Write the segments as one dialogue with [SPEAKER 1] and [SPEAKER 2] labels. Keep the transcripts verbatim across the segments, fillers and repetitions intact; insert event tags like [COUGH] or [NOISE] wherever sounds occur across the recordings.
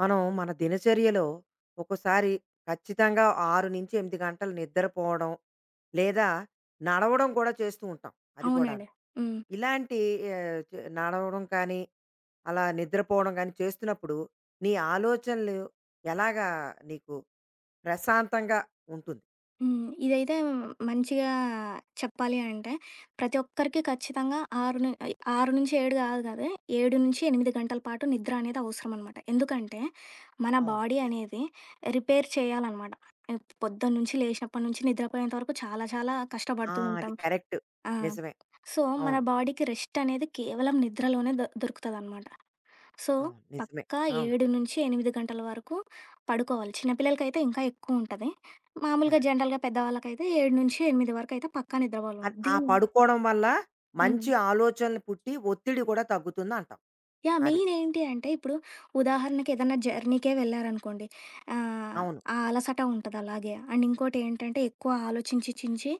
[SPEAKER 1] మనం మన దినచర్యలో ఒక్కోసారి ఖచ్చితంగా ఆరు నుంచి ఎనిమిది గంటలు నిద్రపోవడం, లేదా నడవడం కూడా చేస్తూ ఉంటాం. అది కూడాను.
[SPEAKER 2] అవునండి. హ్మ్.
[SPEAKER 1] ఇలాంటి ఆహ్, చే నడవడం కానీ, అలా నిద్రపోవడం గానీ చేస్తున్నప్పుడు నీ ఆలోచనలు ఎలాగా నీకు ప్రశాంతంగా ఉంటుంది?
[SPEAKER 2] హ్మ్. ఇదైతే మంచిగా చెప్పాలి అంటే ప్రతి ఒక్కరికి ఖచ్చితంగా ఆరు ను ఆరు ఏడు కాదు కాదు. ఏడు నుంచి ఎనిమిది గంటల పాటు నిద్ర అనేది అవసరం అనమాట. ఎందుకంటే మన
[SPEAKER 1] అవును.
[SPEAKER 2] బాడీ
[SPEAKER 1] మరి.
[SPEAKER 2] అనేది రిపేర్ చేయాలనమాట. పొద్దున్నుంచి లేచినప్పటి నుంచి నిద్రపోయేంత వరకు చాలా చాలా
[SPEAKER 1] ఆ!
[SPEAKER 2] కష్టపడుతూ
[SPEAKER 1] అది
[SPEAKER 2] ఉంటాం.
[SPEAKER 1] కరెక్ట్.
[SPEAKER 2] ఆ!
[SPEAKER 1] నిజమే.
[SPEAKER 2] సో, మన
[SPEAKER 1] అవును.
[SPEAKER 2] బాడీకి రెస్ట్ అనేది కేవలం నిద్రలోనే దొ దొరుకుతదనమాట. సో,
[SPEAKER 1] అవును. నిజమే.
[SPEAKER 2] పక్కా
[SPEAKER 1] అవును.
[SPEAKER 2] ఏడు నుంచి ఎనిమిది గంటల వరకు పడుకోవాలి. చిన్న పిల్లలకైతే ఇంకా ఎక్కువుంటది.
[SPEAKER 1] అది.
[SPEAKER 2] మామూలుగా జనరల్‌గా పెద్దవాళ్ళకైతే ఏడు నుంచి ఎనిమిది వరకైతే పక్కా నిద్రపోవాలి.
[SPEAKER 1] అది ఆ
[SPEAKER 2] దీన్
[SPEAKER 1] పడుకోవడం వల్ల మంచి
[SPEAKER 2] హ్మ్.
[SPEAKER 1] ఆలోచనలు పుట్టి ఒత్తిడి కూడా తగ్గుతుందంటావు.
[SPEAKER 2] యాహ్!
[SPEAKER 1] అది.
[SPEAKER 2] మెయిన్ ఏంటి అంటే ఇప్పుడు ఉదాహరణకి ఏదన్నా జర్నీకే వెళ్లారనుకోండి. ఆహ్,
[SPEAKER 1] అవును.
[SPEAKER 2] ఆ అలసట ఉంటది అలాగే. అండ్ ఇంకోటి ఏంటంటే ఎక్కువ ఆలోచించి చించి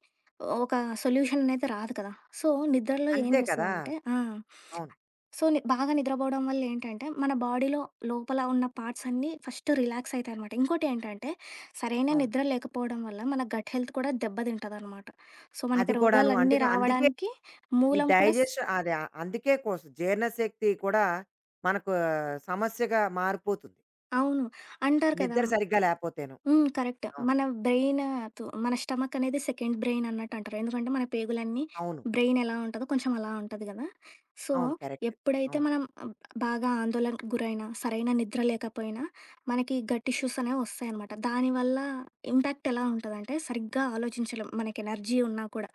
[SPEAKER 2] ఒక సొల్యూషన్ అనేది రాదు కదా! సో, నిద్రలో ఏం
[SPEAKER 1] అంతే కదా!
[SPEAKER 2] చేస్తదంటే ఆ!
[SPEAKER 1] అవును.
[SPEAKER 2] సో, ని బాగా నిద్రపోవడం వల్ల ఏంటంటే మన బాడీలో లోపల ఉన్న పార్ట్స్ అన్నీ ఫస్ట్ రిలాక్స్ అయితాయనమాట. ఇంకోటి ఏంటంటే సరైన
[SPEAKER 1] అవును.
[SPEAKER 2] నిద్ర లేకపోవడం వల్ల మన గట్ హెల్త్ కూడా దెబ్బతింటదనమాట. సో,
[SPEAKER 1] అది
[SPEAKER 2] మనకి
[SPEAKER 1] కూడాను.
[SPEAKER 2] రోగాలన్నీ
[SPEAKER 1] అంటేగా అందుకే
[SPEAKER 2] రావడానికి
[SPEAKER 1] ఈ
[SPEAKER 2] మూలం కూడా స్
[SPEAKER 1] డైజెషన్ అది ఆ- అందుకే కోసం జీర్ణశక్తి కూడా మనకు సమస్యగా మారిపోతుంది.
[SPEAKER 2] అవును. అంటారు కదా!
[SPEAKER 1] నిద్ర సరిగ్గా లేపోతేను.
[SPEAKER 2] హ్మ్. కరెక్ట్.
[SPEAKER 1] అవును.
[SPEAKER 2] మన బ్రెయిన్ తు మన స్టమక్ అనేది సెకండ్ బ్రెయిన్ అన్నట్టంటారు. ఎందుకంటే మన పేగులన్నీ
[SPEAKER 1] అవును.
[SPEAKER 2] బ్రెయిన్ ఎలా ఉంటదో కొంచెం అలా ఉంటది గదా! సో,
[SPEAKER 1] అవును. కరెక్ట్.
[SPEAKER 2] ఎప్పుడైతే
[SPEAKER 1] అవును.
[SPEAKER 2] మనం ఆహ్, బాగా ఆందోళనకు గురైనా, సరైన నిద్ర లేకపోయినా మనకి గట్ ఇష్యూస్ అనేవి వస్తాయనమాట. దానివల్ల ఇంపాక్ట్ ఎలా ఉంటదంటే సరిగ్గా ఆలోచించలేం. మనకి ఎనర్జీ ఉన్నా కూడా.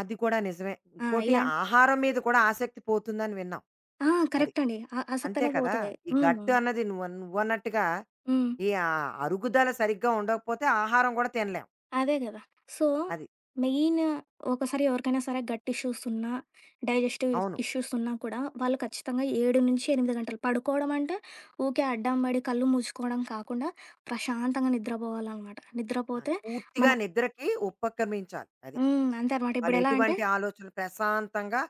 [SPEAKER 1] అది కూడా నిజమే.
[SPEAKER 2] ఆ!
[SPEAKER 1] ఇంకోటి
[SPEAKER 2] ఇలాం
[SPEAKER 1] ఆహారం మీద కూడా ఆసక్తి పోతుందని విన్నాం.
[SPEAKER 2] ఆ!
[SPEAKER 1] అది.
[SPEAKER 2] కరెక్ట్ అండి. ఆ
[SPEAKER 1] అంతే
[SPEAKER 2] ఆసక్తనేది
[SPEAKER 1] కదా!
[SPEAKER 2] పోతది.
[SPEAKER 1] ఈ
[SPEAKER 2] హ్మ్.
[SPEAKER 1] గట్ అన్నది నువ్వు నువ్వన్నట్టుగా
[SPEAKER 2] హ్మ్.
[SPEAKER 1] ఈ ఆహ్, అరుగుదల సరిగ్గా ఉండకపోతే ఆహారం కూడా తినలేం.
[SPEAKER 2] అదే గదా! సో,
[SPEAKER 1] అది.
[SPEAKER 2] మెయిన్ ఒకసారి ఎవరికైనా సరే గట్ ఇష్యూస్ ఉన్నా, డైజెస్టివ్
[SPEAKER 1] అవును.
[SPEAKER 2] ఇష్యూస్ ఉన్నా కూడా వాళ్ళు ఖచ్చితంగా ఏడు ఎనిమిది గంటలు పడుకోవడం అంటే ఊకే అడ్డం పడి కళ్ళు మూసుకోవడం కాకుండా ప్రశాంతంగా నిద్రపోవాలనమాట.
[SPEAKER 1] ఆ
[SPEAKER 2] నిద్రపోతే
[SPEAKER 1] పూర్తిగా
[SPEAKER 2] మన
[SPEAKER 1] నిద్రకి ఉపక్రమించాలి. అది.
[SPEAKER 2] హ్మ్. అంతే అనమాట.
[SPEAKER 1] వాళ్ళు
[SPEAKER 2] ఇప్పుడెలా అంటే
[SPEAKER 1] ఎటువంటి ఆలోచనలు ప్రశాంతంగా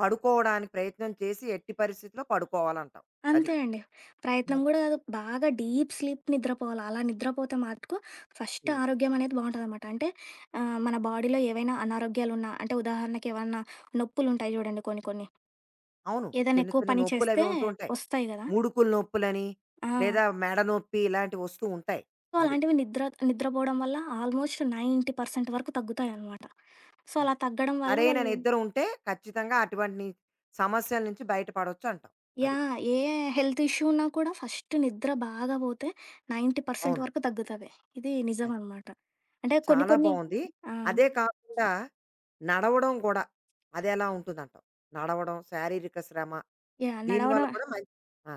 [SPEAKER 1] పడుకోవడానికి ప్రయత్నం చేసి ఎట్టి పరిస్థితిలో పడుకోవాలంటాం. అది.
[SPEAKER 2] అంతే అండి. ప్రయత్నం గూడా గాదు. బాగా డీప్ స్లీప్ నిద్రపోవాలి. అలా నిద్రపోతే మటుకు ఫస్ట్
[SPEAKER 1] అంతే.
[SPEAKER 2] ఆరోగ్యం అనేది బావుంటదనమాట. అంటే ఆహ్, మన బాడీలో ఏవైనా అనారోగ్యాలున్నా అంటే ఉదాహరణకి ఏవన్నా నొప్పులుంటాయి జూడండి కొన్ని కొన్ని.
[SPEAKER 1] అవును.
[SPEAKER 2] ఏదైనా
[SPEAKER 1] చిన్న
[SPEAKER 2] ఎక్కువ
[SPEAKER 1] చిన్న
[SPEAKER 2] పని
[SPEAKER 1] నొప్పులు అవి
[SPEAKER 2] చేస్తే
[SPEAKER 1] ఉంటూ ఉంటాయి.
[SPEAKER 2] వస్తాయి గదా!
[SPEAKER 1] ముడుకులు నొప్పులని,
[SPEAKER 2] ఆ!
[SPEAKER 1] లేదా మెడ నొప్పి ఇలాంటివి వస్తూ ఉంటాయి.
[SPEAKER 2] సో,
[SPEAKER 1] అది.
[SPEAKER 2] అలాంటివి నిద్ర నిద్రపోవడం వల్ల ఆల్మోస్ట్ తొంభై శాతం వరకు తగ్గుతాయనమాట. సో,
[SPEAKER 1] అది.
[SPEAKER 2] అలా తగ్గడం వల్ల
[SPEAKER 1] సరైన
[SPEAKER 2] వాళ్ళు
[SPEAKER 1] నిద్ర ఉంటే ఖచ్చితంగా అటువంటి సమస్యల నుంచి బయటపడొచ్చు అంటాం. అది.
[SPEAKER 2] యాహ్! ఏ హెల్త్ ఇష్యూ ఉన్నా కూడా ఫస్ట్ నిద్ర బాగా పోతే తొంభై శాతం
[SPEAKER 1] అవును.
[SPEAKER 2] వరకు తగ్గుతది. ఇది
[SPEAKER 1] అది.
[SPEAKER 2] నిజమనమాట. అంటే కొన్ని
[SPEAKER 1] చాలా
[SPEAKER 2] కొన్ని
[SPEAKER 1] బావుంది.
[SPEAKER 2] ఆ!
[SPEAKER 1] అదే కాకుండా నడవడం గూడా అదెలా ఉంటుందంటావు? నడవడం, శారీరక శ్రమ
[SPEAKER 2] యాహ్!
[SPEAKER 1] దీనివల్ల
[SPEAKER 2] నడవడం
[SPEAKER 1] కూడా మం ఆ!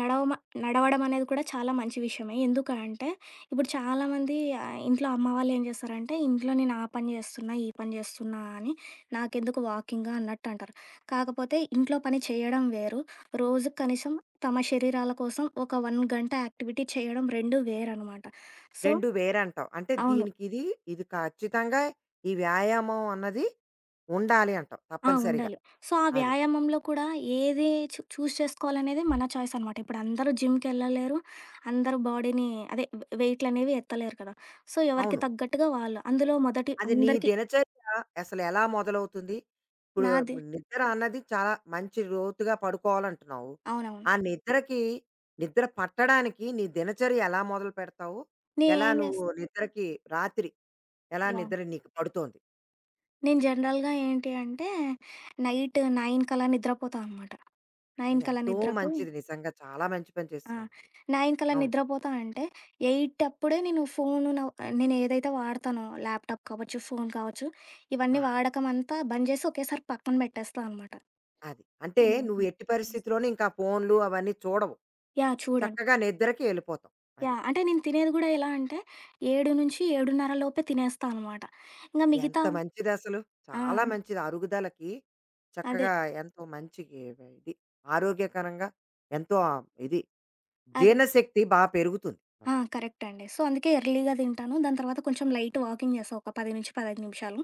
[SPEAKER 2] నడవమ నడవడం అనేది కూడా చాలా మంచి విషయమే. ఎందుకంటే, ఇప్పుడు చాలామంది ఆహ్, ఇంట్లో అమ్మ వాళ్ళు ఏం చేస్తారంటే, ఇంట్లో నేను ఆ పని చేస్తున్నా, ఈ పని చేస్తున్నా అని నాకెందుకు వాకింగ్ అన్నట్టు అంటారు. కాకపోతే ఇంట్లో పని చేయడం వేరు. రోజుకి కనీసం తమ శరీరాల కోసం ఒక 1 గంట యాక్టివిటీ చేయడం రెండు వేరనమాట. సో
[SPEAKER 1] రెండు వేరంటావు. అంటే
[SPEAKER 2] అవును.
[SPEAKER 1] దీనికిది, ఇది ఇది ఖచ్చితంగా ఈ వ్యాయామం అన్నది ఉండాలి అంటావు
[SPEAKER 2] ఆ!
[SPEAKER 1] తప్పనిసరిగా.
[SPEAKER 2] ఉండాలి. సో, ఆ
[SPEAKER 1] అది.
[SPEAKER 2] వ్యాయామంలో కూడా ఏది చూ చూజ్ చేసుకోవాలనేది మన చాయిస్ అనమాట. ఇప్పుడు అందరూ జిమ్‌కెళ్ళలేరు. అందరూ బాడీని అదే వె వెయిట్‌లనేవి ఎత్తలేరు కదా! సో, ఎవరికి
[SPEAKER 1] అవును.
[SPEAKER 2] తగ్గట్టుగా వాళ్ళు. అందులో మొదటి
[SPEAKER 1] అది నీ
[SPEAKER 2] అందరికి
[SPEAKER 1] దినచర్య అసలెలా మొదలవుతుంది? ఇప్పుడు
[SPEAKER 2] నాది
[SPEAKER 1] నిద్ర అన్నది చాలా మంచి లోతుగా పడుకోవాలంటున్నావు.
[SPEAKER 2] అవునవును.
[SPEAKER 1] ఆ నిద్రకి నిద్ర పట్టడానికి నీ దినచర్య ఎలా మొదలు పెడతావు? ఎలా
[SPEAKER 2] నేనేం చేస్
[SPEAKER 1] నువ్వు నిద్రకి రాత్రి ఎలా
[SPEAKER 2] యాహ్!
[SPEAKER 1] నిద్ర నీకు పడుతోంది?
[SPEAKER 2] నేను జనరల్‌గా ఏంటి అంటే నైట్ తొమ్మిది కల్లా నిద్రపోతా అనమాట.
[SPEAKER 1] అది
[SPEAKER 2] తొమ్మిది కల్లా
[SPEAKER 1] ఎంతో
[SPEAKER 2] నిద్రపోయి
[SPEAKER 1] మంచిది, నిజంగా చాలా మంచి పని
[SPEAKER 2] ఆ!
[SPEAKER 1] చేస్తున్నావు నువ్వు.
[SPEAKER 2] తొమ్మిది కల్లా
[SPEAKER 1] అవును.
[SPEAKER 2] నిద్రపోతా అంటే, ఎనిమిది అప్పుడే నేను ఫోను న నేను ఏదైతే వాడతానో ల్యాప్‌టాప్ కావచ్చు, ఫోను కావచ్చు,
[SPEAKER 1] ఆ!
[SPEAKER 2] ఇవన్నీ వాడకం అంతా బంద్ చేసి ఒకేసారి పక్కన పెట్టేస్తా అనమాట.
[SPEAKER 1] అది. అంటే నువ్వు
[SPEAKER 2] హుహు.
[SPEAKER 1] ఎట్టి
[SPEAKER 2] చూసా.
[SPEAKER 1] పరిస్థితిలోను ఇంకా ఫోన్‌లు అవన్నీ చూడవు.
[SPEAKER 2] యాహ్! చూడను.
[SPEAKER 1] చక్కగా నిద్రకి ఎళ్ళిపోతావు. అది.
[SPEAKER 2] యాహ్! అంటే నేను తినేది కూడా ఎలా అంటే ఏడు-ఏడున్నర లోపే తినేస్తా అనమాట. ఇంక
[SPEAKER 1] ఎంత
[SPEAKER 2] మిగతా
[SPEAKER 1] మంచిదసలు.
[SPEAKER 2] ఆ!
[SPEAKER 1] చాలా మంచిది అరుగుదలకి
[SPEAKER 2] అదే.
[SPEAKER 1] చక్కగా ఎంతో మంచి ఇది. ఆరోగ్యకరంగా ఎంతో ఆ ఇది
[SPEAKER 2] అదే.
[SPEAKER 1] జీర్ణశక్తి బా పెరుగుతుంది
[SPEAKER 2] ఆ!
[SPEAKER 1] అప్పుడు.
[SPEAKER 2] కరెక్ట్ అండి. సో, అందుకే ఎర్లీగా తింటాను. దాని తర్వాత కొంచెం లైట్ వాకింగ్ చేస్తా ఒక పది పదిహేను నిమిషాలు.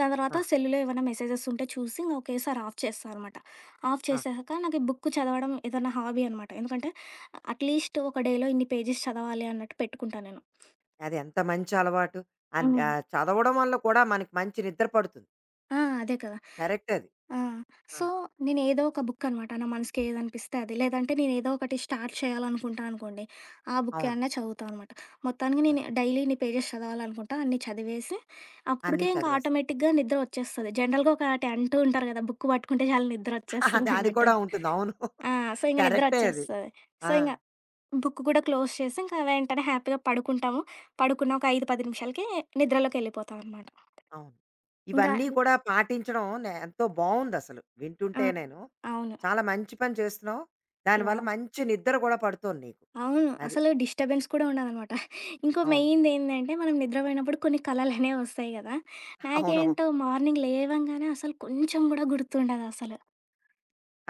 [SPEAKER 2] దాని
[SPEAKER 1] ఆ!
[SPEAKER 2] తర్వాత సెల్లులో ఏవైనా మెసేజెస్ ఉంటే చూసి ఇంక ఒకేసారి ఆఫ్ చేస్తా అనమాట. ఆఫ్
[SPEAKER 1] ఆ!
[SPEAKER 2] చేసాక నాకు ఈ బుక్ చదవడం ఏదైనా హాబీ అనమాట. ఎందుకంటే అట్‌లీస్ట్ ఒక డేలో ఇన్ని పేజెస్ చదవాలి అన్నట్టు పెట్టుకుంటా నేను.
[SPEAKER 1] అది ఎంత మంచి అలవాటు. అన్
[SPEAKER 2] హ్మ్.
[SPEAKER 1] ఆహ్, చదవడం వల్ల కూడా మనకి మంచి నిద్ర పడుతుంది.
[SPEAKER 2] ఆ! అదే కదా!
[SPEAKER 1] కరెక్టే అది.
[SPEAKER 2] ఆ!
[SPEAKER 1] ఆ!
[SPEAKER 2] సో, నేనేదో ఒక బుక్ అనమాట. నా మనసుకి ఏదనిపిస్తే అది. లేదంటే నేనేదో ఒకటి స్టార్ట్ చేయాలనుకుంటా అనుకోండి, ఆ బుక్
[SPEAKER 1] అవును.
[SPEAKER 2] ఏమన్నా చదువుతా అనమాట. మొత్తానికి నేను
[SPEAKER 1] అది.
[SPEAKER 2] డైలీ ఇన్ని పేజెస్ చదవాలనుకుంటా, అన్ని చదివేసి
[SPEAKER 1] అన్నీ
[SPEAKER 2] అప్పటికే ఇంకా
[SPEAKER 1] చదివేస్తాం.
[SPEAKER 2] ఆటోమేటిక్‌గా నిద్ర వచ్చేస్తది. జనరల్‌గా ఒకటి అంటూ ఉంటారు కదా! బుక్ పట్టుకుంటే చాలు నిద్ర
[SPEAKER 1] [LAUGHS] అది అది
[SPEAKER 2] వచ్చేస్తుందన్నట్టు.
[SPEAKER 1] కూడా ఉంటుంది. అవును.
[SPEAKER 2] ఆ! సో, ఇంక నిద్ర
[SPEAKER 1] కరెక్టే అది.
[SPEAKER 2] వచ్చేస్తది. సో,
[SPEAKER 1] ఆ!
[SPEAKER 2] ఇంగ బుక్ కూడా క్లోజ్ చేసి, ఇంకా వెంటనే హ్యాపీగా పడుకుంటాము. పడుకున్న ఒక ఐదు, పది నిమిషాలకి నిద్రలోకెళ్ళిపోతామనమాట.
[SPEAKER 1] అవును.
[SPEAKER 2] ఇంకా
[SPEAKER 1] ఇవన్నీ కూడా పాటించడం నే ఎంతో బావుందసలు.
[SPEAKER 2] ఆ!
[SPEAKER 1] వింటుంటే నేను.
[SPEAKER 2] అవును.
[SPEAKER 1] చాలా మంచి పని చేస్తున్నావు. దానివల్ల
[SPEAKER 2] యాహ్!
[SPEAKER 1] మంచి నిద్ర గూడా పడుతోంది నీకు.
[SPEAKER 2] అవును.
[SPEAKER 1] అది.
[SPEAKER 2] అసలు డిస్టర్బెన్స్ కూడా ఉండదనమాట. ఇంకో
[SPEAKER 1] అవును.
[SPEAKER 2] మెయిన్‌దేందంటే, మనం నిద్రపోయినప్పుడు కొన్ని కలలనేవి వస్తాయి గదా!
[SPEAKER 1] అవునవును.
[SPEAKER 2] నాకేంటో మార్నింగ్ లేవంగానే అసలు కొంచెం గూడా గుర్తుండదసలు.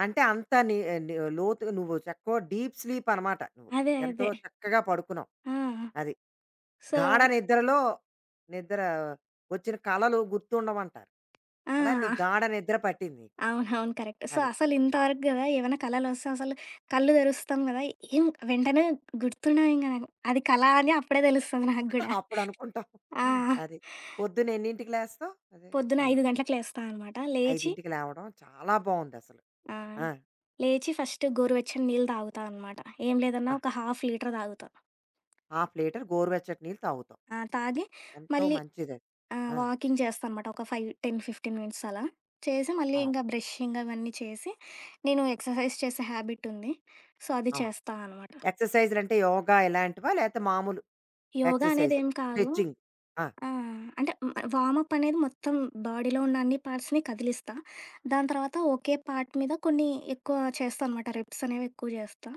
[SPEAKER 1] అంటే అంత ని ని లోతు నువ్వు చక్కగా డీప్ స్లీప్ అనమాట నువ్వు.
[SPEAKER 2] అదే.
[SPEAKER 1] ఎంతో
[SPEAKER 2] అదే.
[SPEAKER 1] చక్కగా పడుకున్నావు.
[SPEAKER 2] ఆ!
[SPEAKER 1] అది. గాఢ
[SPEAKER 2] సో,
[SPEAKER 1] నిద్రలో నిద్ర వచ్చిన కలలు గుర్తుండవంటారు. అలా నీ
[SPEAKER 2] ఆ!
[SPEAKER 1] గాఢ నిద్ర పట్టింది నీకు.
[SPEAKER 2] అవునవును. కరెక్ట్. సో,
[SPEAKER 1] అది.
[SPEAKER 2] అసలింతవరకు గదా! ఏవన్నా కలలొస్తే అసలు కళ్ళు తెరుస్తాం గదా! ఏం వెంటనే గుర్తుండవింక నాకు. అది కల అని అప్పుడే తెలుస్తది నాకు గూడా.
[SPEAKER 1] [LAUGHS] అప్పుడనుకుంటాం.
[SPEAKER 2] ఆ!
[SPEAKER 1] అది. పొద్దున ఎన్నింటికి లేస్తావు? అదే.
[SPEAKER 2] పొద్దున
[SPEAKER 1] ఆ!
[SPEAKER 2] ఐదు గంటలకు లేస్తా అనమాట. లేచి
[SPEAKER 1] ఐదుకి లేవడం చాలా బావుందసలు.
[SPEAKER 2] ఆ!
[SPEAKER 1] ఆ!
[SPEAKER 2] లేచి ఫస్ట్ గోరువెచ్చని నీళ్ళు తాగుతా అనమాట. ఏం లేదన్నా
[SPEAKER 1] ఆ!
[SPEAKER 2] ఒక హాఫ్ లీటర్ తాగుతా.
[SPEAKER 1] హాఫ్ లీటర్ గోరువెచ్చటి నీళ్ళు తాగుతాం.
[SPEAKER 2] ఆ! తాగి
[SPEAKER 1] ఎంతో
[SPEAKER 2] మళ్ళీ
[SPEAKER 1] మంచిదది.
[SPEAKER 2] ఆహ్,
[SPEAKER 1] ఆ!
[SPEAKER 2] వాకింగ్ చేస్తా అనమాట. ఒక ఐదు, పది, పదిహేను మినిట్స్ అలా. చేసి మళ్ళీ ఆ!
[SPEAKER 1] అవును.
[SPEAKER 2] ఇంకా బ్రషింగ్ అవన్నీ చేసి, నేను ఎక్సర్సైజ్ చేసే హ్యాబిట్ ఉంది. సో, అది
[SPEAKER 1] అవును.
[SPEAKER 2] చేస్తా అనమాట.
[SPEAKER 1] ఎక్సర్‌సైజులంటే యోగా ఇలాంటివా? లేతే మామూలు
[SPEAKER 2] యోగా అనేది
[SPEAKER 1] ఎక్సర్‌సైజులు,
[SPEAKER 2] ఏం కాదు.
[SPEAKER 1] స్ట్రెచింగ్. ఆ!
[SPEAKER 2] ఆ! అంటే మ వార్మప్ అనేది మొత్తం బాడీలో ఉన్న అన్ని పార్ట్స్‌ని కదిలిస్తా. దాని తర్వాత ఒకే పార్ట్ మీద కొన్ని ఎక్కువ చేస్తా అనమాట. రెప్స్ అనేవి ఎక్కువ చేస్తా.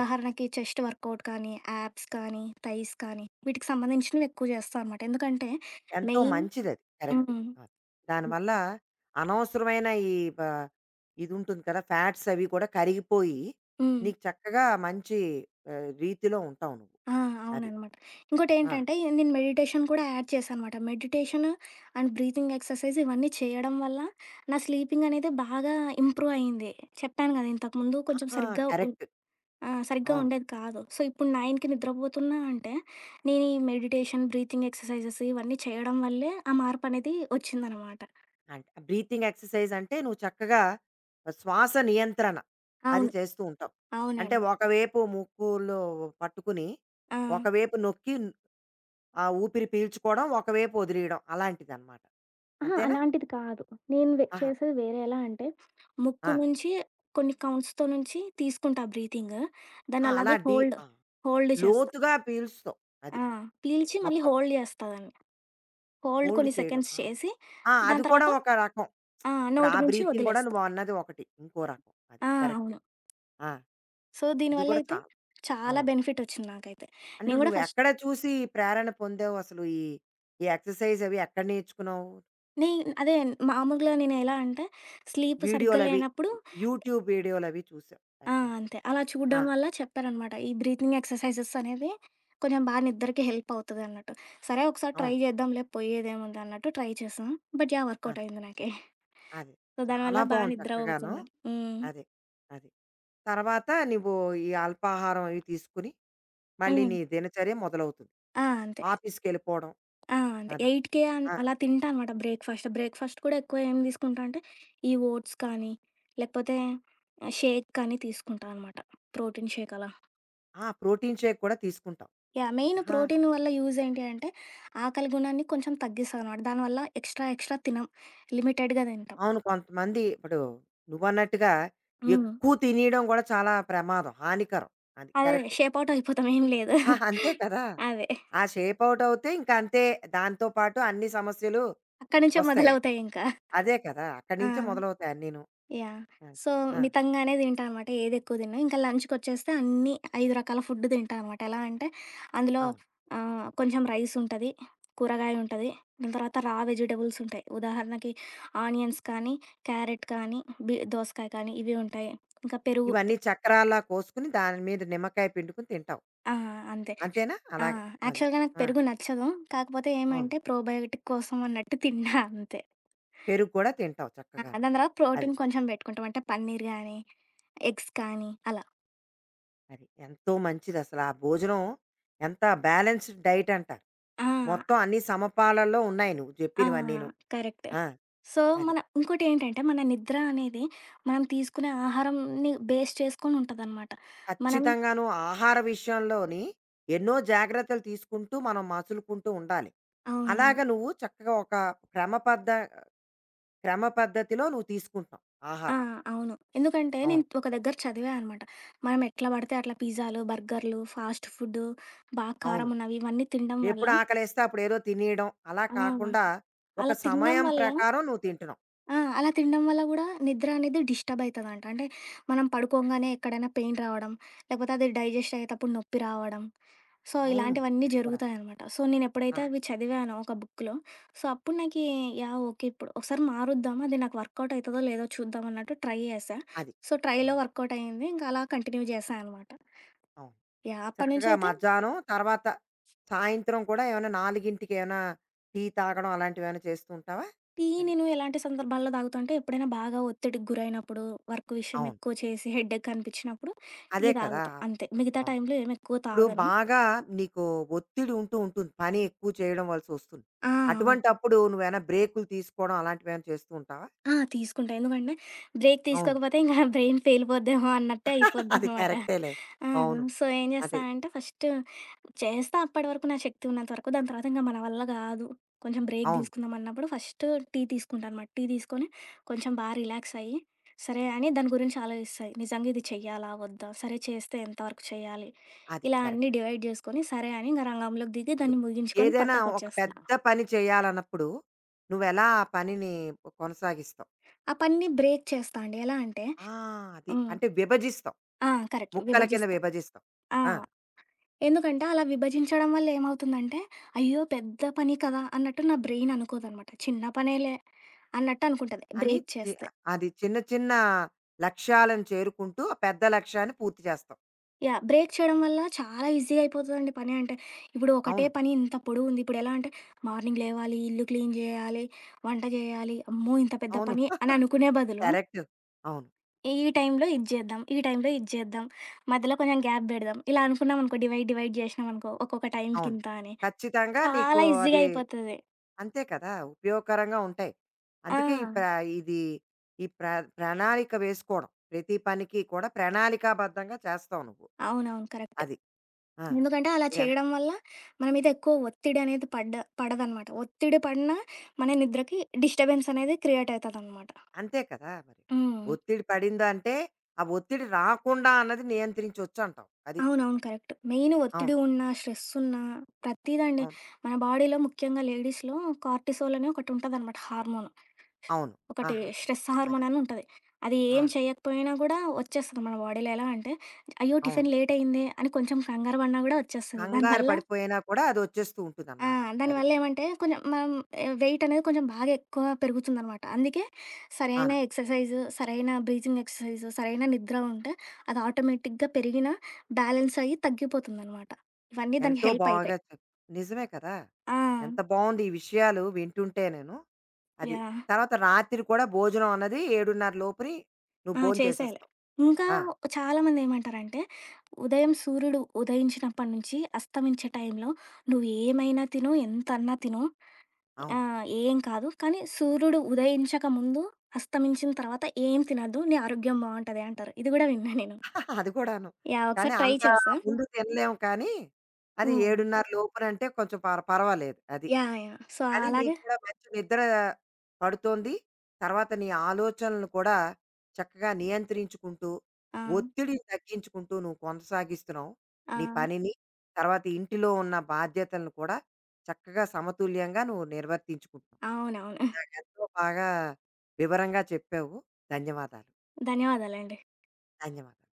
[SPEAKER 1] అది.
[SPEAKER 2] చెస్ట్ వర్కౌట్ కానీ, యాప్స్ కానీ, థైస్ కానీ వీటికి సంబంధించినవి ఎక్కువ చేస్తా అనమాట. ఎందుకంటే అవునా?
[SPEAKER 1] ఎంతో
[SPEAKER 2] మెయిన్
[SPEAKER 1] మంచిదది. కరెక్ట్. అది.
[SPEAKER 2] హ్మ్.
[SPEAKER 1] కరెక్ట్. దానివల్ల అనవసరమైన ఈ బ ఇదుంటుంది కదా! ఫ్యాట్స్ అవి కూడా కరిగిపోయి,
[SPEAKER 2] హ్మ్.
[SPEAKER 1] నీకు చక్కగా మంచి ఆహ్, రీతిలో ఉంటావు నువ్వు.
[SPEAKER 2] ఆ!
[SPEAKER 1] అది.
[SPEAKER 2] అవుననమాట.
[SPEAKER 1] ఆ!
[SPEAKER 2] ఇంకోటేంటంటే నేను మెడిటేషన్ కూడా యాడ్ చేశా అనమాట. మెడిటేషన్ అండ్ బ్రీతింగ్ ఎక్సర్సైజ్ ఇవన్నీ చేయడం వల్ల నా స్లీపింగ్ అనేది బాగా ఇంప్రూవ్ అయింది. చెప్పాను కదా! ఇంతకుముందు కొంచెం
[SPEAKER 1] ఆ!
[SPEAKER 2] సరిగ్గా ఉ
[SPEAKER 1] కరెక్ట్.
[SPEAKER 2] ఆ! సరిగ్గా
[SPEAKER 1] అవును.
[SPEAKER 2] ఉండేది కాదు. సో, ఇప్పుడు 9కి నిద్రపోతున్నా అంటే నేను ఈ మెడిటేషన్, బ్రీతింగ్ ఎక్సర్సైజెస్ ఇవన్నీ చేయడం వల్లే ఆ మార్పనేది వచ్చిందనమాట.
[SPEAKER 1] అంటే బ్రీతింగ్ ఎక్సర్సైజ్ అంటే నువ్వు చక్కగా శ్వాస నియంత్రణ అది
[SPEAKER 2] అవును.
[SPEAKER 1] చేస్తూ ఉంటావు. అంటే
[SPEAKER 2] అవునండి.
[SPEAKER 1] ఒకవైపు ముక్కులో పట్టుకుని,
[SPEAKER 2] ఆ!
[SPEAKER 1] ఒకవైపు నొక్కి ఆ ఊపిరి పీల్చుకోవడం, ఒకవైపు వదిలేయడం అలాంటిదనమాట.
[SPEAKER 2] అహా!
[SPEAKER 1] అంతేనా?
[SPEAKER 2] అలాంటిది కాదు. నేను వె
[SPEAKER 1] ఆహా!
[SPEAKER 2] చేసేది వేరే ఎలా అంటే,
[SPEAKER 1] ఆ!
[SPEAKER 2] ముక్కు నుంచి కొన్ని కౌంట్స్‌తో నుంచి తీసుకుంటా బ్రీతింగ్.
[SPEAKER 1] ఆ!
[SPEAKER 2] దాన్ని
[SPEAKER 1] అలా
[SPEAKER 2] అలాగే
[SPEAKER 1] డీప్
[SPEAKER 2] హోల్డ్,
[SPEAKER 1] ఆ!
[SPEAKER 2] హోల్డ్ చేస్తా.
[SPEAKER 1] లోతుగా పీలుస్తావు. అది
[SPEAKER 2] ఆ! పీల్చి మళ్ళీ
[SPEAKER 1] మొత్తం
[SPEAKER 2] హోల్డ్ చేస్తా దాన్ని. హోల్డ్
[SPEAKER 1] హోల్డ్
[SPEAKER 2] కొన్ని
[SPEAKER 1] చేయడం.
[SPEAKER 2] సెకండ్స్
[SPEAKER 1] ఆప్
[SPEAKER 2] చేసి,
[SPEAKER 1] ఆ! అది
[SPEAKER 2] దాని
[SPEAKER 1] కూడా
[SPEAKER 2] తర్వాత
[SPEAKER 1] ఒక రకం.
[SPEAKER 2] ఆ!
[SPEAKER 1] ఇప్పుడు ఆ
[SPEAKER 2] నోటి నుంచి
[SPEAKER 1] బ్రీతింగ్ కూడా
[SPEAKER 2] వదిలేస్తా.
[SPEAKER 1] నువ్వు అన్నది ఒకటి. ఇంకో రకం అది.
[SPEAKER 2] ఆ!
[SPEAKER 1] కరెక్ట్.
[SPEAKER 2] అవును.
[SPEAKER 1] ఆ!
[SPEAKER 2] సో,
[SPEAKER 1] ఇది
[SPEAKER 2] దీనివల్ల
[SPEAKER 1] కూడా
[SPEAKER 2] అయితే
[SPEAKER 1] చాలా
[SPEAKER 2] చాలా
[SPEAKER 1] అవును.
[SPEAKER 2] బెనిఫిట్ ఒచ్చింది నాకైతే.
[SPEAKER 1] అంటే
[SPEAKER 2] నేను గూడా ఫస్ట్
[SPEAKER 1] నువ్వెక్కడ చూసి ప్రేరణ పొందావు అసలు? ఈ ఈ ఎక్సర్‌సైజ్ అవి ఎక్కడ నేర్చుకున్నావు?
[SPEAKER 2] నే అదే మామూలుగా నేను ఎలా అంటే, స్లీప్ సరిగ్గా
[SPEAKER 1] వీడియోలవి,
[SPEAKER 2] లేనప్పుడు
[SPEAKER 1] యూట్యూబ్ వీడియోలవి చూసావు
[SPEAKER 2] ఆ!
[SPEAKER 1] ఎక్కడైనా?
[SPEAKER 2] అంతే. అలా
[SPEAKER 1] ఆ!
[SPEAKER 2] చూడడం వల్ల చెప్పారనమాట. ఈ బ్రీతింగ్ ఎక్సర్‌సైజెస్ అనేది కొంచెం బా నిద్రకి హెల్ప్ అవుతదన్నట్టు. సరే ఒకసారి ట్రై
[SPEAKER 1] అవును.
[SPEAKER 2] చేద్దాంలే పోయేదేముంది అన్నట్టు ట్రై చేశా. But yeah!
[SPEAKER 1] ఆ!
[SPEAKER 2] వర్కౌట్ అయింది నాకి.
[SPEAKER 1] అదే.
[SPEAKER 2] సో,
[SPEAKER 1] చాలా
[SPEAKER 2] దానివల్ల బా
[SPEAKER 1] బావుంది
[SPEAKER 2] నిద్ర
[SPEAKER 1] చక్కగాను.
[SPEAKER 2] పోతున్నది. హ్మ్.
[SPEAKER 1] అదే. అది. తర్వాత నువ్వు ఈ అల్పాహారం అవి తీసుకుని, మళ్ళీ
[SPEAKER 2] హ్మ్.
[SPEAKER 1] నీ దినచర్య మొదలవుతుంది.
[SPEAKER 2] ఆ! అంతే.
[SPEAKER 1] ఆఫీస్‌కెళ్ళిపోవడం.
[SPEAKER 2] ఆ! అంతే.
[SPEAKER 1] అది.
[SPEAKER 2] 8:00కే అన్
[SPEAKER 1] ఆ!
[SPEAKER 2] అలా తింటా అనమాట బ్రేక్‌ఫాస్ట్. బ్రేక్‌ఫాస్ట్ కూడా ఎక్కువ ఏం తీసుకుంటా అంటే ఈ ఓట్స్ కానీ, లేకపోతే షేక్ కానీ తీసుకుంటా అనమాట. ప్రోటీన్ షేక్ అలా.
[SPEAKER 1] ఆ! ప్రోటీన్ షేక్ కూడా తీసుకుంటావు.
[SPEAKER 2] యాహ్! మెయిన్
[SPEAKER 1] ఆహా!
[SPEAKER 2] ప్రోటీన్ వల్ల యూజ్ ఏంటి అంటే, ఆకలి గుణాన్ని కొంచెం తగ్గిస్తదనమాట. దానివల్ల ఎక్స్‌ట్రా ఎక్స్‌ట్రా తినం. లిమిటెడ్‌గా తింటాం.
[SPEAKER 1] అవును. కొంతమంది ఇప్పుడు నువ్వన్నట్టుగా
[SPEAKER 2] హ్మ్.
[SPEAKER 1] ఎక్కువ తినేయడం గూడా చాలా ప్రమాదం. హానికరం. అది
[SPEAKER 2] అదే
[SPEAKER 1] కరెక్ట్.
[SPEAKER 2] షేప్ ఔట్ అయిపోతాం. ఏం లేదు.
[SPEAKER 1] ఆ! అంతే కదా!
[SPEAKER 2] అదే.
[SPEAKER 1] ఆ షేప్ ఔట్ అవుతే ఇంక అంతే. దాంతో పాటు అన్ని సమస్యలు
[SPEAKER 2] అక్కడి నుంచే
[SPEAKER 1] వస్తాయి.
[SPEAKER 2] మొదలవుతాయి ఇంకా.
[SPEAKER 1] అదే కదా! అక్కడి
[SPEAKER 2] ఆ!
[SPEAKER 1] నుంచే మొదలవుతాయి అన్నీను.
[SPEAKER 2] యాహ్!
[SPEAKER 1] ఆ!
[SPEAKER 2] సో,
[SPEAKER 1] ఆ!
[SPEAKER 2] మితంగానే తింటా అనమాట. ఏదెక్కువ తినను. ఇంకా లంచ్‌కొచ్చేస్తే అన్నీ ఐదు రకాల ఫుడ్ తింటా అనమాట. ఎలా అంటే అందులో
[SPEAKER 1] అవును.
[SPEAKER 2] ఆహ్, కొంచెం రైస్ ఉంటది, కూరగాయ ఉంటది, దాని తర్వాత రా వెజిటబుల్స్ ఉంటాయి. ఉదాహరణకి ఆనియన్స్ కానీ, క్యారెట్ కానీ, బి దోసకాయ కానీ ఇవి ఉంటాయి. ఇంకా పెరుగు
[SPEAKER 1] ఇవన్నీ చక్రాల్లా కోసుకొని దాని మీద నిమ్మకాయ పిండుకొని తింటావు.
[SPEAKER 2] ఆ! అంతే.
[SPEAKER 1] అంతేనా?
[SPEAKER 2] ఆ!
[SPEAKER 1] అలాగా. అది.
[SPEAKER 2] యాక్చువల్‌గా నాకు
[SPEAKER 1] ఆ!
[SPEAKER 2] పెరుగు నచ్చదు. కాకపోతే
[SPEAKER 1] అవును.
[SPEAKER 2] ఏమంటే ప్రోబయోటిక్ కోసం అన్నట్టు తిన్నా అంతే.
[SPEAKER 1] పెరుగు కూడా తింటావు
[SPEAKER 2] ఆ!
[SPEAKER 1] చక్కగాను.
[SPEAKER 2] దాని తర్వాత
[SPEAKER 1] అది.
[SPEAKER 2] ప్రోటీన్ కొంచెం పెట్టుకుంటాం. అంటే పన్నీర్ గానీ, ఎగ్స్ కానీ అలా.
[SPEAKER 1] అది. ఎంతో మంచిదసల. ఆ భోజనం ఎంత బ్యాలెన్స్‌డ్ డైట్ అంటారు.
[SPEAKER 2] ఆ!
[SPEAKER 1] మొత్తం అన్ని సమపాలల్లో ఉన్నాయి నువ్వు
[SPEAKER 2] ఆ!
[SPEAKER 1] జెప్పినవన్నీను.
[SPEAKER 2] కరెక్ట్.
[SPEAKER 1] ఆ!
[SPEAKER 2] సో,
[SPEAKER 1] అది.
[SPEAKER 2] మన ఇంకోటేంటంటే, మన నిద్ర అనేది మనం తీసుకునే ఆహారంని బేస్ చేసుకొని ఉంటదనమాట. మనం
[SPEAKER 1] ఖచ్చితంగాను ఆహార విషయంలోని ఎన్నో జాగ్రత్తలు తీసుకుంటూ మనం మసులుకుంటూ ఉండాలి. అలాగ
[SPEAKER 2] అవునవును.
[SPEAKER 1] నువ్వు చక్కగా ఒక క్రమ పద్ధ క్రమ పద్ధతిలో నువ్వు తీసుకుంటున్నావు
[SPEAKER 2] ఆ!
[SPEAKER 1] ఆహారం.
[SPEAKER 2] అవును. ఎందుకంటే,
[SPEAKER 1] అవును.
[SPEAKER 2] నేను ఒక దగ్గర చదివా అనమాట. మనం ఎట్లా పడితే అట్లా పిజ్జాలు, బర్గర్‌లు, ఫాస్ట్ ఫుడ్డు, బాగా
[SPEAKER 1] అవును.
[SPEAKER 2] కారం ఉన్నవి ఇవన్నీ తినడం వల్ల
[SPEAKER 1] ఎప్పుడు ఆకలేస్తే అప్పుడేదో తినేయడం అలా
[SPEAKER 2] ఆ!
[SPEAKER 1] కాకుండా ఒక
[SPEAKER 2] అలా తినడం
[SPEAKER 1] సమయం
[SPEAKER 2] వల్ల
[SPEAKER 1] ప్రకారం నువ్వు తింటున్నావు.
[SPEAKER 2] ఆ! అలా తినడం వల్ల గూడా నిద్ర అనేది డిస్టర్బ్ అయితదంట. అంటే మనం పడుకోంగానే ఎక్కడైనా పెయిన్ రావడం, లేకపోతే అది డైజెస్ట్ అయ్యేటప్పుడు నొప్పి రావడం. సో, హ్మ్.
[SPEAKER 1] అవును.
[SPEAKER 2] ఇలాంటివన్నీ
[SPEAKER 1] అది కూడాను.
[SPEAKER 2] జరుగుతాయనమాట. సో,
[SPEAKER 1] ఆ!
[SPEAKER 2] నేనెప్పుడైతే అవి చదివానో ఒక బుక్‌లో, సో, అప్పుడు నాకీ యాహ్! ఓకే. ఇప్పుడు ఒకసారి మారుద్దాం, అది నాకు వర్కౌట్ అయితదో లేదో చూద్దాం అన్నట్టు ట్రై చేశా.
[SPEAKER 1] అది.
[SPEAKER 2] సో, ట్రైలో
[SPEAKER 1] అవును.
[SPEAKER 2] వర్కౌట్ అయింది. ఇంకా అలా కంటిన్యూ చేశా అనమాట.
[SPEAKER 1] అవును.
[SPEAKER 2] యాహ్! అప్పటి
[SPEAKER 1] చక్కగా
[SPEAKER 2] నుంచయితే
[SPEAKER 1] మధ్యాహ్నం తర్వాత సాయంత్రం కూడా ఏమైనా నాలుగింటికి ఏమైనా టీ తాగడం అలాంటివి ఏమైనా చేస్తూ ఉంటావా?
[SPEAKER 2] టీ
[SPEAKER 1] అది.
[SPEAKER 2] నేను ఎలాంటి సందర్భాల్లో తాగుతా అంటే, ఎప్పుడైనా బాగా ఒత్తిడికి గురైనప్పుడు, వర్క్ విషయం
[SPEAKER 1] అవును.
[SPEAKER 2] ఎక్కువ చేసి హెడేక్ అనిపించినప్పుడు టీ
[SPEAKER 1] అదే కదా!
[SPEAKER 2] తాగుతా అంతే. మిగతా
[SPEAKER 1] అవును.
[SPEAKER 2] టైంలో ఏమి ఎక్కువ
[SPEAKER 1] ఇప్పుడు
[SPEAKER 2] తాగను.
[SPEAKER 1] బాగా నీకు ఒత్తిడి ఉంటూ ఉంటుంది. పని ఎక్కువ చేయడం వలసొస్తుంది.
[SPEAKER 2] ఆ!
[SPEAKER 1] అటువంటప్పుడు నువ్వేమైనా బ్రేకులు తీసుకోవడం అలాంటివేమైనా చేస్తూ ఉంటావా?
[SPEAKER 2] ఆ! తీసుకుంటా. ఎందుకంటే బ్రేక్
[SPEAKER 1] అవును.
[SPEAKER 2] తీసుకోకపోతే ఇంక [LAUGHS] బ్రెయిన్ పేలిపోద్దేమో అన్నట్టే
[SPEAKER 1] [LAUGHS] అది
[SPEAKER 2] అయిపోద్దనమాట.
[SPEAKER 1] కరెక్టేలే.
[SPEAKER 2] ఆ!
[SPEAKER 1] అవును.
[SPEAKER 2] సో, ఏం చేస్తా
[SPEAKER 1] అదే.
[SPEAKER 2] అంటే ఫస్ట్ చేస్తా అప్పటి వరకు నా శక్తి ఉన్నంత వరకు. దాని తర్వాత ఇంక మన వల్ల గాదు, కొంచెం బ్రేక్
[SPEAKER 1] అవును.
[SPEAKER 2] తీసుకుందాం అన్నప్పుడు ఫస్ట్ టీ తీసుకుంటా అనమాట. టీ తీసుకొని కొంచెం బా రిలాక్స్ అయ్యి, సరే అని దాని గురించి ఆలోచిస్తా. నిజంగా ఇది చెయ్యాలా? వద్దా? సరే చేస్తే ఎంతవరకు చేయాలి?
[SPEAKER 1] అది
[SPEAKER 2] ఇలా అన్నీ
[SPEAKER 1] కరెక్ట్.
[SPEAKER 2] డివైడ్ చేసుకొని సరే అని ఇంక రంగంలోకి దిగి
[SPEAKER 1] ఇప్పుడు
[SPEAKER 2] దాన్ని ముగించుకొని
[SPEAKER 1] ఏదైనా ఒక
[SPEAKER 2] పక్కకొచ్చేస్తా.
[SPEAKER 1] పెద్ద పని చేయాలన్నప్పుడు నువ్వెలా ఆ పనిని కొనసాగిస్తావు?
[SPEAKER 2] ఆ పనిని బ్రేక్ చేస్తా అండి. ఎలా అంటే
[SPEAKER 1] ఆ! అది.
[SPEAKER 2] హ్మ్.
[SPEAKER 1] అంటే విభజిస్తాం.
[SPEAKER 2] ఆ! కరెక్ట్.
[SPEAKER 1] ముక్కల కింద
[SPEAKER 2] విభజిస్తా.
[SPEAKER 1] విభజిస్తాం.
[SPEAKER 2] ఆ!
[SPEAKER 1] ఆ!
[SPEAKER 2] ఎందుకంటే అలా విభజించడం వల్ల ఏమవుతుందంటే, అయ్యో! పెద్ద పని కదా! అన్నట్టు నా బ్రెయిన్ అనుకోదనమాట. చిన్న పనేలే అన్నట్టు అనుకుంటది
[SPEAKER 1] అని
[SPEAKER 2] బ్రేక్
[SPEAKER 1] చి
[SPEAKER 2] చేస్తే.
[SPEAKER 1] అది చిన్న చిన్న లక్ష్యాలను చేరుకుంటూ ఆ పెద్ద లక్ష్యాన్ని పూర్తి చేస్తాం.
[SPEAKER 2] యాహ్! బ్రేక్ చేయడం వల్ల చాలా ఈజీగా అయిపోతదండి పని అంటే. ఇప్పుడు ఒకటే
[SPEAKER 1] అవును.
[SPEAKER 2] పని ఇంత పొడువుంది. ఇప్పుడెలా అంటే మార్నింగ్ లేవాలి, ఇల్లు క్లీన్ జేయాలి, వంట జేయాలి, అమ్మో! ఇంత పెద్ద
[SPEAKER 1] అవును.
[SPEAKER 2] పని అని
[SPEAKER 1] [LAUGHS]
[SPEAKER 2] అనుకునే బదులు,
[SPEAKER 1] కరెక్ట్. అవును.
[SPEAKER 2] ఈ టైంలో ఇది జేద్దాం, ఈ టైంలో ఇది జేద్దాం, మధ్యలో కొంచెం గ్యాప్ బెడదాం. ఇలా అనుకున్నామనుకో డివైడ్, డివైడ్ జేసినామనుకో ఒక్కొక్క
[SPEAKER 1] అవును.
[SPEAKER 2] టైంకింత అని
[SPEAKER 1] ఖచ్చితంగా నీకు
[SPEAKER 2] చాలా ఈజీగా
[SPEAKER 1] అది
[SPEAKER 2] అయిపోతది.
[SPEAKER 1] అంతే కదా! ఉపయోగకరంగా ఉంటాయి.
[SPEAKER 2] ఆ!
[SPEAKER 1] అందుకే ఈ ప్ర ఇది ఈ ప్ర ప్రణాళిక వేసుకోవడం. ప్రతి పనికి కూడా ప్రణాళికాబద్ధంగా చేస్తావు నువ్వు.
[SPEAKER 2] అవునవును. కరెక్ట్.
[SPEAKER 1] అది. ఆ!
[SPEAKER 2] ఎందుకంటే అలా
[SPEAKER 1] ఇదెం
[SPEAKER 2] చేయడం వల్ల మన మీద ఎక్కువ ఒత్తిడి అనేది పడ్డ పడదనమాట. ఒత్తిడి పడినా మన నిద్రకి డిస్టర్బెన్స్ అనేది క్రియేట్ అయితదనమాట.
[SPEAKER 1] అంతే కదా మరి.
[SPEAKER 2] హ్మ్.
[SPEAKER 1] ఒత్తిడి పడిందంటే, ఆ ఒత్తిడి రాకుండా అన్నది నియంత్రించొచ్చు అంటావు. అది.
[SPEAKER 2] అవునవును. కరెక్ట్. మెయిన్
[SPEAKER 1] అవును.
[SPEAKER 2] ఒత్తిడి ఉన్న, స్ట్రెస్ ఉన్నా ప్రతీదండి.
[SPEAKER 1] అవును.
[SPEAKER 2] మన బాడీలో ముఖ్యంగా లేడీస్‌లో కార్టిసోల్ అని ఒకటుంటదనమాట హార్మోన్.
[SPEAKER 1] అవును.
[SPEAKER 2] ఒకటి
[SPEAKER 1] ఆహాహా!
[SPEAKER 2] స్ట్రెస్
[SPEAKER 1] అది.
[SPEAKER 2] హార్మోన్ అని ఉంటది. అది
[SPEAKER 1] ఆ!
[SPEAKER 2] ఏం చేయకపోయినా గూడా వచ్చేస్తది మన బాడీలో. ఎలా అంటే, అయ్యో!
[SPEAKER 1] అవును.
[SPEAKER 2] టిఫిన్ లేట్ అయిందే అని కొంచెం కంగారు పడినా గూడా వచ్చేస్తది.
[SPEAKER 1] కంగారు
[SPEAKER 2] దానివల్ల
[SPEAKER 1] పడిపోయినా కూడా అదొచ్చేస్తూ
[SPEAKER 2] ఆ!
[SPEAKER 1] ఉంటుందనమాట. అది.
[SPEAKER 2] దానివల్ల ఏమంటే కొంచెం మనం ఆహ్, వెయిట్ అనేది కొంచెం బాగా ఎక్కువ పెరుగుతుందనమాట. అందుకే సరైన
[SPEAKER 1] అవును.
[SPEAKER 2] ఎక్సర్సైజ్, సరైన బ్రీతింగ్ ఎక్సర్సైజ్, సరైన నిద్ర ఉంటే అది ఆటోమేటిక్‌గా పెరిగిన బ్యాలెన్స్ అయ్యి తగ్గిపోతుందనమాట. ఇవన్నీ దానికి
[SPEAKER 1] ఎంతో
[SPEAKER 2] హెల్ప్
[SPEAKER 1] బాగా
[SPEAKER 2] అయితాయి.
[SPEAKER 1] చెప్ నిజమే కదా!
[SPEAKER 2] ఆ!
[SPEAKER 1] ఎంత బావుంది ఈ విషయాలు వింటుంటే నేను. అది.
[SPEAKER 2] యాహ్!
[SPEAKER 1] తర్వాత రాత్రి కూడా భోజనం అన్నది ఏడున్నర లోపుని నువ్వు
[SPEAKER 2] ఆ! చేసేయాలి.
[SPEAKER 1] భోంచేసేస్తావు.
[SPEAKER 2] ఇంకా
[SPEAKER 1] ఆ!
[SPEAKER 2] చాలామంది ఏమంటారంటే ఉదయం సూర్యుడు ఉదయించినప్పటి నుంచి అస్తమించే టైంలో నువ్వేమైనా తిను, ఎంతన్నా తిను ఆ!
[SPEAKER 1] అవును.
[SPEAKER 2] ఏం కాదు. కానీ సూర్యుడు ఉదయించక ముందు, అస్తమించిన తర్వాత ఏం తినొద్దు. నీ ఆరోగ్యం బావుంటది అంటారు. ఇది గూడా విన్నా నేను.
[SPEAKER 1] అది కూడాను.
[SPEAKER 2] యాహ్!
[SPEAKER 1] కానీ
[SPEAKER 2] ఒకసారి ట్రై
[SPEAKER 1] అంత
[SPEAKER 2] అవునా? చేస్తా.
[SPEAKER 1] ముందు తినలేము కానీ, అది
[SPEAKER 2] హ్మ్.
[SPEAKER 1] ఏడున్నర లోపునంటే కొంచెం పర్ పర్వాలేదు అది.
[SPEAKER 2] యాహ్! యాహ్! సో,
[SPEAKER 1] కానీ
[SPEAKER 2] అలాగే
[SPEAKER 1] నీకు కూడా మంచి నిద్ర పడుతోంది. తర్వాత నీ ఆలోచనలను కూడా చక్కగా నియంత్రించుకుంటూ,
[SPEAKER 2] ఆ!
[SPEAKER 1] ఒత్తిడిని తగ్గించుకుంటూ నువ్వు కొనసాగిస్తున్నావు.
[SPEAKER 2] ఆ!
[SPEAKER 1] నీ పనిని, తర్వాత ఇంటిలో ఉన్న బాధ్యతలను కూడా చక్కగా సమతుల్యంగా నువ్వు నిర్వర్తించుకుంటున్నావు.
[SPEAKER 2] అవునవును.
[SPEAKER 1] నాకెంతో బాగా వివరంగా చెప్పావు. ధన్యవాదాలు.
[SPEAKER 2] ధన్యవాదాలండి.
[SPEAKER 1] ధన్యవాదాలు.